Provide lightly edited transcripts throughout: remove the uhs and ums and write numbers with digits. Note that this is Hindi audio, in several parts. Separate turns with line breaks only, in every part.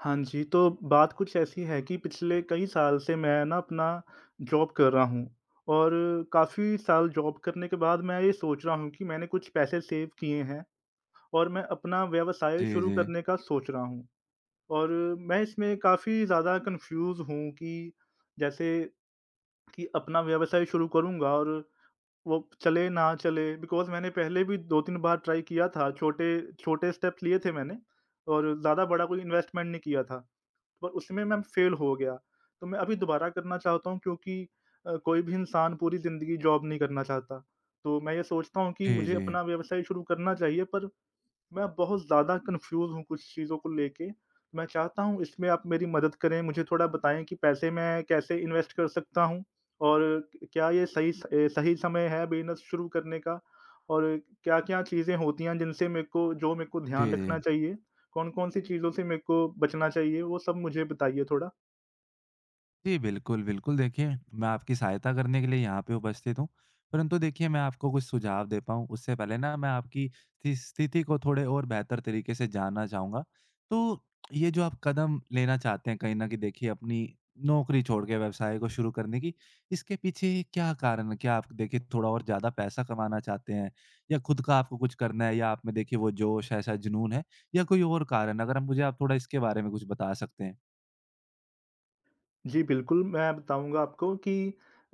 हाँ जी, तो बात कुछ ऐसी है कि पिछले कई साल से मैं ना अपना जॉब कर रहा हूँ और काफ़ी साल जॉब करने के बाद मैं ये सोच रहा हूँ कि मैंने कुछ पैसे सेव किए हैं और मैं अपना व्यवसाय
जी,
शुरू
जी।
करने का सोच रहा हूँ। और मैं इसमें काफ़ी ज़्यादा कन्फ्यूज़ हूँ कि जैसे कि अपना व्यवसाय शुरू करूँगा और वो चले ना चले बिकॉज़ मैंने पहले भी 2-3 बार ट्राई किया था, छोटे छोटे स्टेप्स लिए थे मैंने और ज़्यादा बड़ा कोई इन्वेस्टमेंट नहीं किया था। पर उसमें मैं फेल हो गया। तो मैं अभी दोबारा करना चाहता हूँ क्योंकि कोई भी इंसान पूरी ज़िंदगी जॉब नहीं करना चाहता। तो मैं ये सोचता हूँ कि
जी,
मुझे
जी।
अपना व्यवसाय शुरू करना चाहिए पर मैं बहुत ज़्यादा कन्फ्यूज़ हूँ कुछ चीज़ों को लेके। मैं चाहता हूँ इसमें आप मेरी मदद करें, मुझे थोड़ा बताएँ कि पैसे मैं कैसे इन्वेस्ट कर सकता हूँ? और क्या ये सही सही समय है बिज़नेस शुरू करने का? और क्या-क्या चीज़ें होती हैं जिनसे मेरे को
जी,
ध्यान
जी।
रखना चाहिए? कौन-कौन सी चीज़ों से मेरे को बचना चाहिए? वो सब मुझे बताइए थोड़ा।
जी, बिल्कुल, बिल्कुल देखिए, मैं आपकी सहायता करने के लिए यहाँ पे उपस्थित हूँ। परंतु देखिए मैं आपको कुछ सुझाव दे पाऊँ उससे पहले ना मैं आपकी स्थिति को थोड़े और बेहतर तरीके से जानना चाहूँगा। तो ये जो आप कदम लेना चाहते हैं कहीं न कहीं देखिए अपनी नौकरी छोड़ के व्यवसाय को शुरू करने की, इसके पीछे क्या कारण है? क्या आप देखिए थोड़ा और ज़्यादा पैसा कमाना चाहते हैं? या खुद का आपको कुछ करना है या आप में देखिए वो जोश है, ऐसा जुनून है या कोई और कारण है? अगर आप मुझे आप थोड़ा इसके बारे में कुछ बता सकते हैं।
जी, बिल्कुल, मैं बताऊँगा आपको कि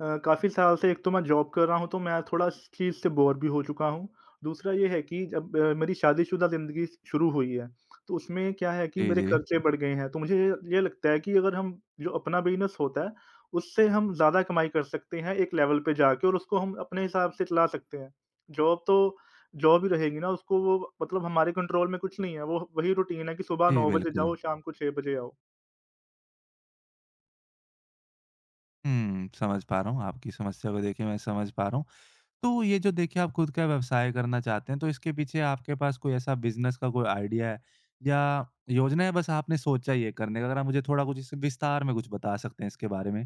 काफ़ी साल से एक तो मैं जॉब कर रहा हूँ, तो मैं थोड़ा इस चीज़ से बोर भी हो चुका हूँ। दूसरा ये है कि जब मेरी शादीशुदा ज़िंदगी शुरू हुई है, तो उसमें क्या है कि
जी,
मेरे
जी।
खर्चे बढ़ गए हैं। तो मुझे ये लगता है कि अगर हम जो अपना बिज़नेस होता है, उससे हम ज़्यादा कमाई कर सकते हैं एक लेवल पे जाके और उसको हम अपने हिसाब से चला सकते हैं। जॉब तो जॉब ही रहेगी ना, उसको वो मतलब हमारे कंट्रोल में कुछ नहीं है, वो वही रूटीन है कि सुबह
जी,
9 बजे
बिल्कुल।
जाओ, शाम को 6 बजे आओ।
हुँ, समझ पा रहा हूँ आपकी समस्या को देखिए मैं समझ पा रहा हूँ। तो ये जो देखिए आप खुद का व्यवसाय करना चाहते हैं, तो इसके पीछे आपके पास कोई ऐसा बिज़नेस का कोई आइडिया है या योजना है बस आपने सोचा ही है करने का? अगर आप मुझे थोड़ा कुछ इस विस्तार में कुछ बता सकते हैं इसके बारे में?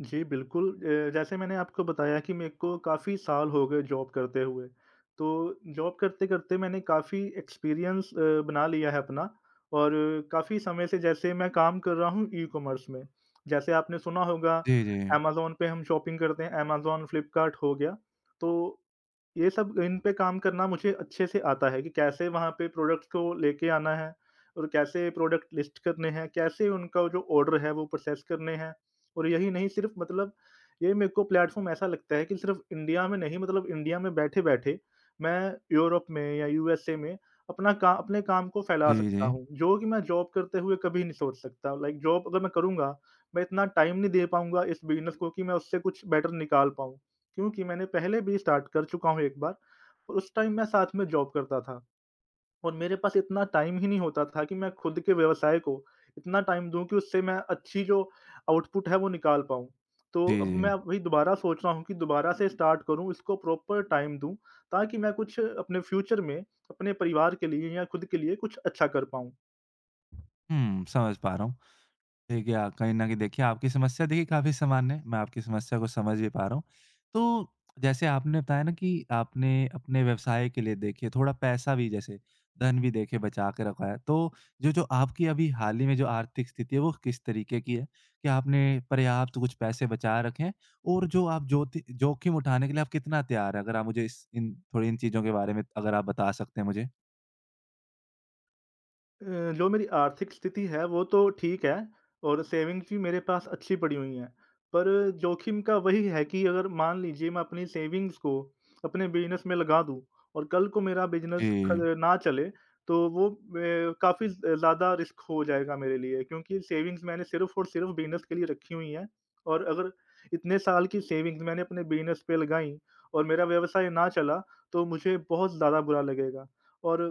जी, बिल्कुल जैसे मैंने आपको बताया कि मेरे को काफ़ी साल हो गए जॉब करते हुए। तो जॉब करते-करते मैंने काफ़ी एक्सपीरियंस बना लिया है अपना और काफ़ी समय से जैसे मैं काम कर रहा हूँ ई-कॉमर्स में। जैसे आपने सुना होगा
जी, जी।
अमेज़न पे हम शॉपिंग करते हैं, अमेज़न, फ्लिपकार्ट हो गया। तो ये सब इन पे काम करना मुझे अच्छे से आता है कि कैसे वहाँ पे प्रोडक्ट्स को लेके आना है और कैसे प्रोडक्ट लिस्ट करने हैं, कैसे उनका जो ऑर्डर है वो प्रोसेस करने हैं। और यही नहीं सिर्फ़ मतलब ये मेरे को प्लेटफ़ॉर्म ऐसा लगता है कि सिर्फ़ इंडिया में नहीं मतलब इंडिया में बैठे-बैठे मैं यूरोप में या यूएसए में अपना का अपने काम को फैला
जी,
सकता
जी।
हूँ, जो कि मैं जॉब करते हुए कभी नहीं सोच सकता। लाइक जॉब अगर मैं करूँगा, मैं इतना टाइम नहीं दे पाऊँगा इस बिज़नेस को कि मैं उससे कुछ बेटर निकाल पाऊँ, क्योंकि मैंने पहले भी स्टार्ट कर चुका हूँ एक बार और उस टाइम मैं साथ में जॉब करता था। और मेरे पास इतना टाइम ही नहीं होता था कि मैं खुद के व्यवसाय को इतना टाइम दूँ कि उससे मैं अच्छी जो आउटपुट है वो निकाल पाऊँ। तो
जी,
अब
जी।
मैं वही दोबारा सोच रहा हूँ कि दोबारा से स्टार्ट करूँ, इसको प्रॉपर टाइम दूँ ताकि मैं कुछ अपने फ्यूचर में अपने परिवार के लिए या खुद के लिए कुछ अच्छा कर पाऊँ।
हुँ, समझ पा रहा हूँ। देखिए, आप कहीं न कहीं देखिए आपकी समस्या देखिए काफ़ी सामान्य है, मैं आपकी समस्या को समझ भी पा रहा हूँ। तो जैसे आपने बताया ना कि आपने अपने व्यवसाय के लिए देखिए थोड़ा पैसा भी जैसे धन भी देखिए बचा के रखा है। तो जो जो आपकी अभी हाल ही में जो आर्थिक स्थिति है वो किस तरीके की है? क्या आपने पर्याप्त कुछ पैसे बचा रखे हैं? और जो आप जोति जोखिम उठाने के लिए आप कितना तैयार हैं? अगर आप मुझे इस इन थोड़ी इन चीज़ों के बारे में अगर आप बता सकते हैं मुझे।
जो मेरी आर्थिक स्थिति है वो तो ठीक है और सेविंग्स भी मेरे पास अच्छी पड़ी हुई हैं। पर जोखिम का वही है कि अगर मान लीजिए मैं अपनी सेविंग्स को अपने बिज़नेस में लगा दूँ और कल को मेरा बिज़नेस ख
जी।
ना चले तो वो काफ़ी ज़ ज़्यादा रिस्क हो जाएगा मेरे लिए क्योंकि सेविंग्स मैंने सिर्फ़ और सिर्फ़ बिज़नेस के लिए रखी हुई हैं। और अगर इतने साल की सेविंग्स मैंने अपने बिज़नेस पे लगाई और मेरा व्यवसाय ना चला तो मुझे बहुत ज़्यादा बुरा लगेगा और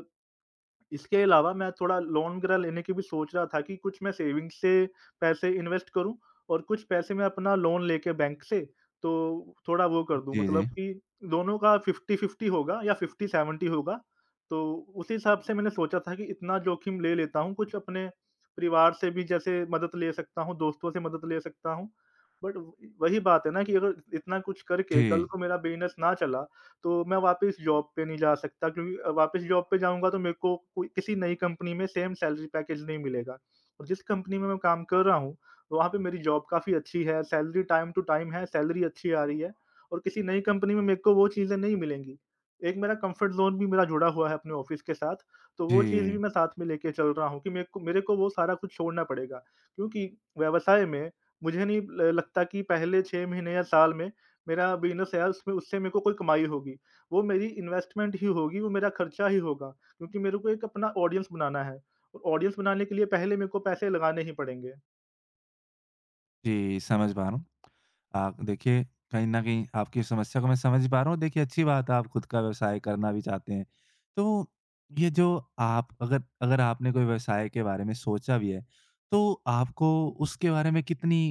इसके अलावा मैं थोड़ा लोन वगैरह लेने की भी सोच रहा था कि कुछ मैं सेविंग्स से पैसे इन्वेस्ट करूँ और कुछ पैसे मैं अपना लोन लेके बैंक से, तो थोड़ा वो कर दूँ
जी,
मतलब
जी।
कि दोनों का 50-50 होगा या 50-70 होगा। तो उसी हिसाब से मैंने सोचा था कि इतना जोखिम ले लेता हूँ, कुछ अपने परिवार से भी जैसे मदद ले सकता हूँ, दोस्तों से मदद ले सकता हूँ। बट वही बात है ना कि अगर इतना कुछ करके कल
जी,
को मेरा बिज़नेस ना चला तो मैं वापस जॉब पे नहीं जा सकता क्योंकि वापस जॉब पे जाऊँगा तो मेरे को कोई किसी नई कंपनी में सेम सैलरी पैकेज नहीं मिलेगा। और जिस कंपनी में मैं काम कर रहा हूँ, वहाँ पे मेरी जॉब काफ़ी अच्छी है, सैलरी टाइम टू टाइम है, सैलरी अच्छी आ रही है और किसी नई कंपनी में मेरे को वो चीज़ें नहीं मिलेंगी। एक मेरा कम्फ़र्ट ज़ोन भी मेरा जुड़ा हुआ है अपने ऑफ़िस के साथ, तो वो चीज़ भी
जी।
मैं साथ में लेके चल रहा हूँ कि मेरे को वो सारा कुछ छोड़ना पड़ेगा। क्योंकि व्यवसाय में मुझे नहीं ल लगता कि पहले 6 महीने या साल में मेरा बिज़नेस है उसमें उससे मेरे को कोई कमाई होगी, वो मेरी इन्वेस्टमेंट ही होगी, वो मेरा खर्चा ही होगा क्योंकि मेरे को एक अपना ऑडियंस बनाना है। और ऑडियंस बनाने के लिए पहले मेरे को पैसे लगाने ही पड़ेंगे।
जी, समझ पा रहा हूँ। आप देखिए, कहीं न कहीं आपकी समस्या को मैं समझ पा रहा हूँ। देखिए, अच्छी बात है, आप खुद का व्यवसाय करना भी चाहते हैं। तो ये जो आप अगर अगर आपने कोई व्यवसाय के बारे में सोचा भी है, तो आपको उसके बारे में कितनी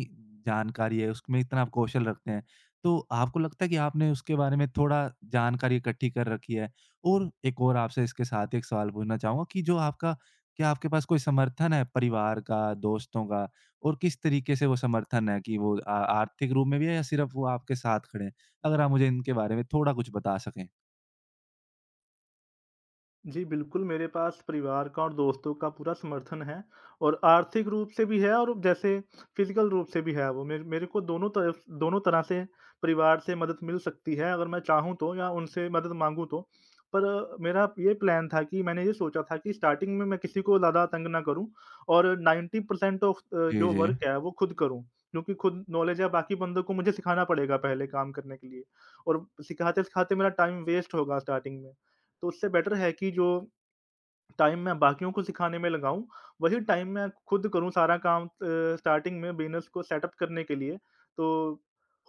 जानकारी है, उसमें इतना आप कौशल रखते हैं? तो आपको लगता है कि आपने उसके बारे में थोड़ा जानकारी इकट्ठी कर रखी है? और एक और आपसे इसके साथ एक सवाल पूछना चाहूँगा कि जो आपका क्या आपके पास कोई समर्थन है परिवार का, दोस्तों का और किस तरीके से वो समर्थन है कि वो आर्थिक रूप में भी है या सिर्फ़ वो आपके साथ खड़े हैं? अगर आप मुझे इनके बारे में थोड़ा कुछ बता सकें।
जी, बिल्कुल, मेरे पास परिवार का और दोस्तों का पूरा समर्थन है और आर्थिक रूप से भी है और जैसे फ़िज़िकल रूप से भी है वो। मेरे मेरे को दोनों तरफ दोनों तरह से परिवार से मदद मिल सकती है अगर मैं चाहूँ तो या उनसे मदद माँगूँ तो। पर मेरा ये प्लान था कि मैंने ये सोचा था कि स्टार्टिंग में मैं किसी को ज़्यादा तंग ना करूँ और 90%
जी,
जो
जी।
वर्क है वो खुद करूँ, क्योंकि खुद नॉलेज है बाकी बंदों को मुझे सिखाना पड़ेगा पहले काम करने के लिए और सिखाते-सिखाते मेरा टाइम वेस्ट होगा स्टार्टिंग में। तो उससे बेटर है कि जो टाइम मैं बाकियों को सिखाने में लगाऊँ, वही टाइम मैं खुद करूँ सारा काम स्टार्टिंग में बिज़नेस को सेटअप करने के लिए। तो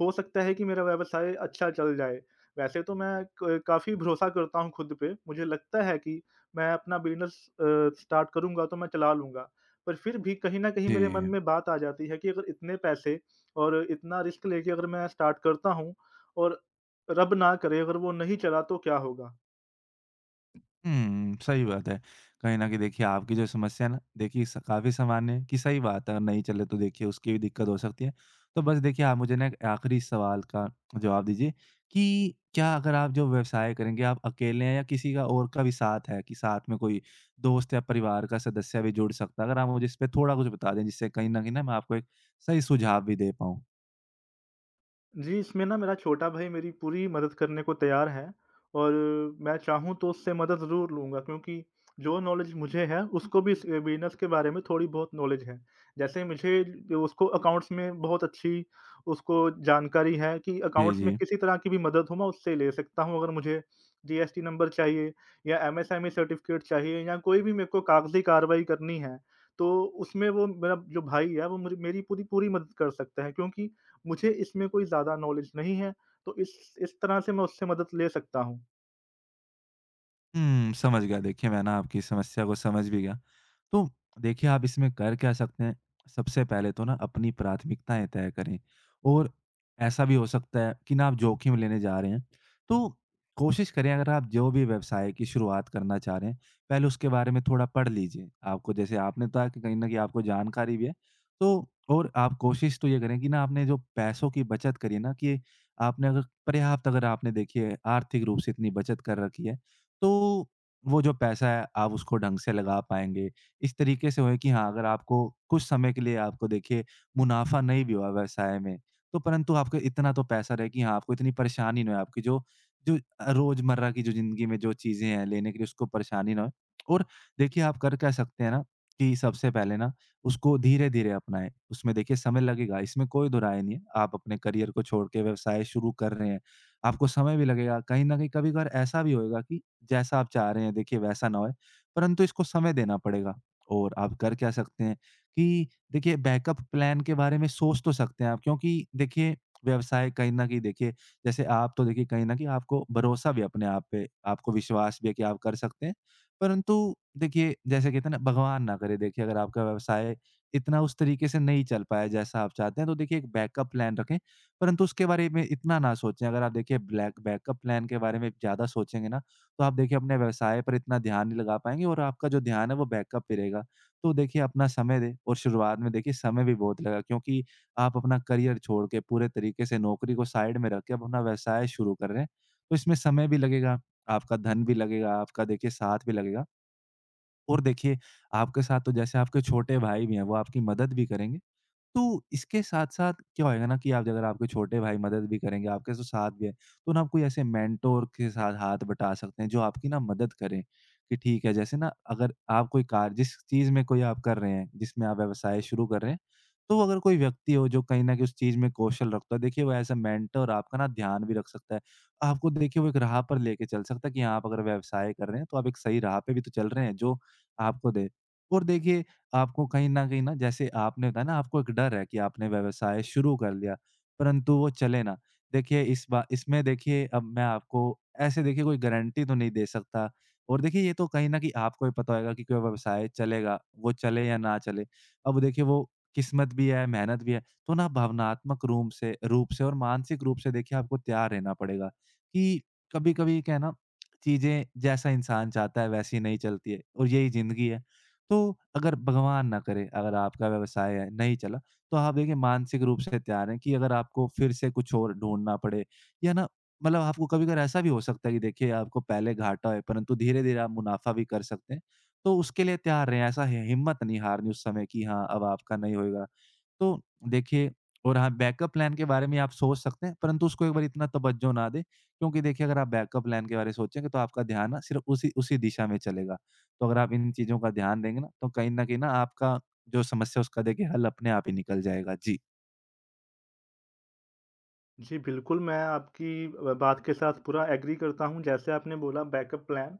हो सकता है कि मेरा व्यवसाय अच्छा चल जाए। वैसे तो मैं क काफ़ी भरोसा करता हूँ खुद पे, मुझे लगता है कि मैं अपना बिज़नेस स्टार्ट करूँगा तो मैं चला लूँगा। पर फिर भी कहीं न कहीं मेरे मन
जी।
में बात आ जाती है कि अगर इतने पैसे और इतना रिस्क लेके अगर मैं स्टार्ट करता हूँ और रब ना करे अगर वो नहीं चला तो क्या होगा?
हुँ, सही बात है। कहीं न कहीं देखिए आपकी जो समस्या है ना देखिए स काफ़ी सामान्य है कि सही बात है और नहीं चले तो देखिए उसकी भी दिक्कत हो सकती है। तो बस देखिए आप मुझे ना एक आखिरी सवाल का जवाब दीजिए कि क्या अगर आप जो व्यवसाय करेंगे आप अकेले हैं या किसी का और का भी साथ है कि साथ में कोई दोस्त या परिवार का सदस्य भी जुड़ सकता है? अगर आप मुझे इस पे थोड़ा कुछ बता दें जिससे कहीं न कहीं ना मैं आपको एक सही सुझाव भी दे पाऊँ?
जी, इसमें ना मेरा छोटा भाई मेरी पूरी मदद करने को तैयार है और मैं चाहूँ तो उससे मदद ज़रूर लूँगा क्योंकि जो नॉलेज मुझे है, उसको भी इस बिज़नेस के बारे में थोड़ी बहुत नॉलेज है। जैसे मुझे उसको अकाउंट्स में बहुत अच्छी उसको जानकारी है कि
जी,
अकाउंट्स में
जी।
किसी तरह की भी मदद हो, मैं उससे ले सकता हूँ। अगर मुझे जीएसटी नंबर चाहिए या एमएसएमई सर्टिफिकेट चाहिए या कोई भी मेरे को कागज़ी कार्रवाई करनी है, तो उसमें वो मेरा जो भाई है, वो मुझे मेरी पूरी पूरी मदद कर सकता है क्योंकि मुझे इसमें कोई ज़्यादा नॉलेज नहीं है, तो इस तरह से मैं उससे मदद ले सकता हूँ।
हुँ, समझ गया। देखिए, मैं ना आपकी समस्या को समझ भी गया। तो देखिए, आप इसमें कर क्या सकते हैं, सबसे पहले तो ना अपनी प्राथमिकताएँ तय करें और ऐसा भी हो सकता है कि ना आप जोखिम लेने जा रहे हैं, तो कोशिश करें अगर आप जो भी व्यवसाय की शुरुआत करना चाह रहे हैं, पहले उसके बारे में थोड़ा पढ़ लीजिए। आपको जैसे आपने बताया कि कहीं न कहीं आपको जानकारी भी है, तो और आप कोशिश तो ये करें कि ना आपने जो पैसों की बचत करी है ना कि आपने अगर पर्याप्त अगर आपने देखिए आर्थिक रूप से इतनी बचत कर रखी है, तो वो जो पैसा है, आप उसको ढंग से लगा पाएँगे। इस तरीके से होए कि हाँ, अगर आपको कुछ समय के लिए आपको देखिए मुनाफ़ा नहीं भी हुआ व्यवसाय में, तो परंतु आपका इतना तो पैसा रहे कि हाँ, आपको इतनी परेशानी ना हो, आपकी जो जो रोज़मर्रा की जो ज़िंदगी में जो चीज़ें हैं लेने के लिए उसको परेशानी ना हो। और देखिए आप कर क्या सकते हैं ना कि सबसे पहले ना उसको धीरे-धीरे अपनाएँ। उसमें देखिए समय लगेगा, इसमें कोई दो राय नहीं है। आप अपने करियर को छोड़ के व्यवसाय शुरू कर रहे हैं, आपको समय भी लगेगा। कहीं न कहीं कभी-कभार ऐसा भी होएगा कि जैसा आप चाह रहे हैं देखिए वैसा ना होए, परंतु इसको समय देना पड़ेगा। और आप कर क्या सकते हैं कि देखिए बैकअप प्लान के बारे में सोच तो सकते हैं आप क्योंकि देखिए व्यवसाय कहीं न कहीं देखिए जैसे आप तो देखिए कहीं न कहीं आपको भरोसा भी है अपने आप पे, आपको विश्वास भी है कि आप कर सकते हैं। परंतु देखिए जैसे कहते हैं ना भगवान ना करे देखिए अगर आपका व्यवसाय इतना उस तरीके से नहीं चल पाया जैसा आप चाहते हैं तो देखिए एक बैकअप प्लान रखें, परंतु उसके बारे में इतना ना सोचें। अगर आप देखिए ब्लैक बैकअप प्लान के बारे में ज़्यादा सोचेंगे ना तो आप देखिए अपने व्यवसाय पर इतना ध्यान नहीं लगा पाएँगे और आपका जो ध्यान है वो बैकअप पे रहेगा। तो देखिए अपना समय दें और शुरुआत में देखिए समय भी बहुत लगा क्योंकि आप अपना करियर छोड़ के पूरे तरीके से नौकरी को साइड में रख के आप अपना व्यवसाय शुरू कर रहे हैं। तो इसमें समय भी लगेगा, आपका धन भी लगेगा, आपका देखिए साथ भी लगेगा और देखिए आपके साथ तो जैसे आपके छोटे भाई भी हैं, वो आपकी मदद भी करेंगे। तो इसके साथ-साथ क्या होएगा ना कि आप अगर आपके छोटे भाई मदद भी करेंगे, आपके तो साथ भी है, तो ना आप कोई ऐसे मेंटोर के साथ हाथ बटा सकते हैं, जो आपकी ना मदद करें कि ठीक है, जैसे ना अगर आप कोई कार्य जिस चीज़ में कोई आप कर रहे हैं, जिसमें आप व्यवसाय शुरू कर रहे हैं, तो अगर कोई व्यक्ति हो जो कहीं न कहीं उस चीज़ में कौशल रखता है, देखिए वो एज़ अ मेंटर आपका ना ध्यान भी रख सकता है। आपको देखिए वो एक राह पर लेके चल सकता है कि हाँ, आप अगर व्यवसाय कर रहे हैं, तो आप एक सही राह पे भी तो चल रहे हैं, जो आपको दे। और देखिए आपको कहीं न कहीं ना जैसे आपने बताया ना आपको एक डर है कि आपने व्यवसाय शुरू कर लिया, परंतु वो चले ना। देखिए इस बा इसमें देखिए अब मैं आपको ऐसे देखिए कोई गारंटी तो नहीं दे सकता और देखिए ये तो कहीं न कहीं आपको ही पता होएगा कि कोई व्यवसाय चलेगा, वो चले या ना चले। अब देखिए वो किस्मत भी है, मेहनत भी है, तो ना भावनात्मक रूप से और मानसिक रूप से देखिए आपको तैयार रहना पड़ेगा कि कभी-कभी क्या है ना, चीज़ें जैसा इंसान चाहता है वैसी नहीं चलती है और यही ज़िंदगी है। तो अगर भगवान ना करे, अगर आपका व्यवसाय है नहीं चला, तो आप देखिए मानसिक रूप से तैयार हैं कि अगर आपको फिर से कुछ और ढूँढना पड़े या ना मतलब आपको कभी-कभार ऐसा भी हो सकता है कि देखिए आपको पहले घाटा है, परंतु धीरे-धीरे आप मुनाफ़ा भी कर सकते हैं। तो उसके लिए तैयार रहें, ऐसा हि हिम्मत नहीं हारनी उस समय कि हाँ, अब आपका नहीं होएगा। तो देखिए और हाँ, बैकअप प्लान के बारे में आप सोच सकते हैं, परंतु उसको एक बार इतना तवज्जो ना दें, क्योंकि देखिए अगर आप बैकअप प्लान के बारे में सोचेंगे तो आपका ध्यान ना सिर्फ़ उसी उसी दिशा में चलेगा। तो अगर आप इन चीज़ों का ध्यान देंगे ना, तो कहीं न कहीं ना आपका जो समस्या है उसका देखिए हल अपने आप ही निकल जाएगा। जी।
जी, बिल्कुल, मैं आपकी बात के साथ पूरा एग्री करता हूँ। जैसे आपने बोला बैकअप प्लान,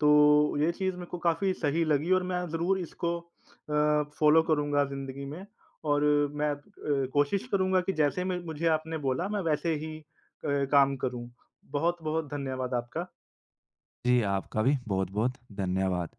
तो ये चीज़ मेरे को काफ़ी सही लगी और मैं ज़रूर इसको फ़ॉलो करूँगा ज़िंदगी में और मैं अ, कोशिश करूँगा कि जैसे मैं मुझे आपने बोला, मैं वैसे ही काम करूँ। बहुत-बहुत धन्यवाद आपका।
जी, आपका भी बहुत-बहुत धन्यवाद।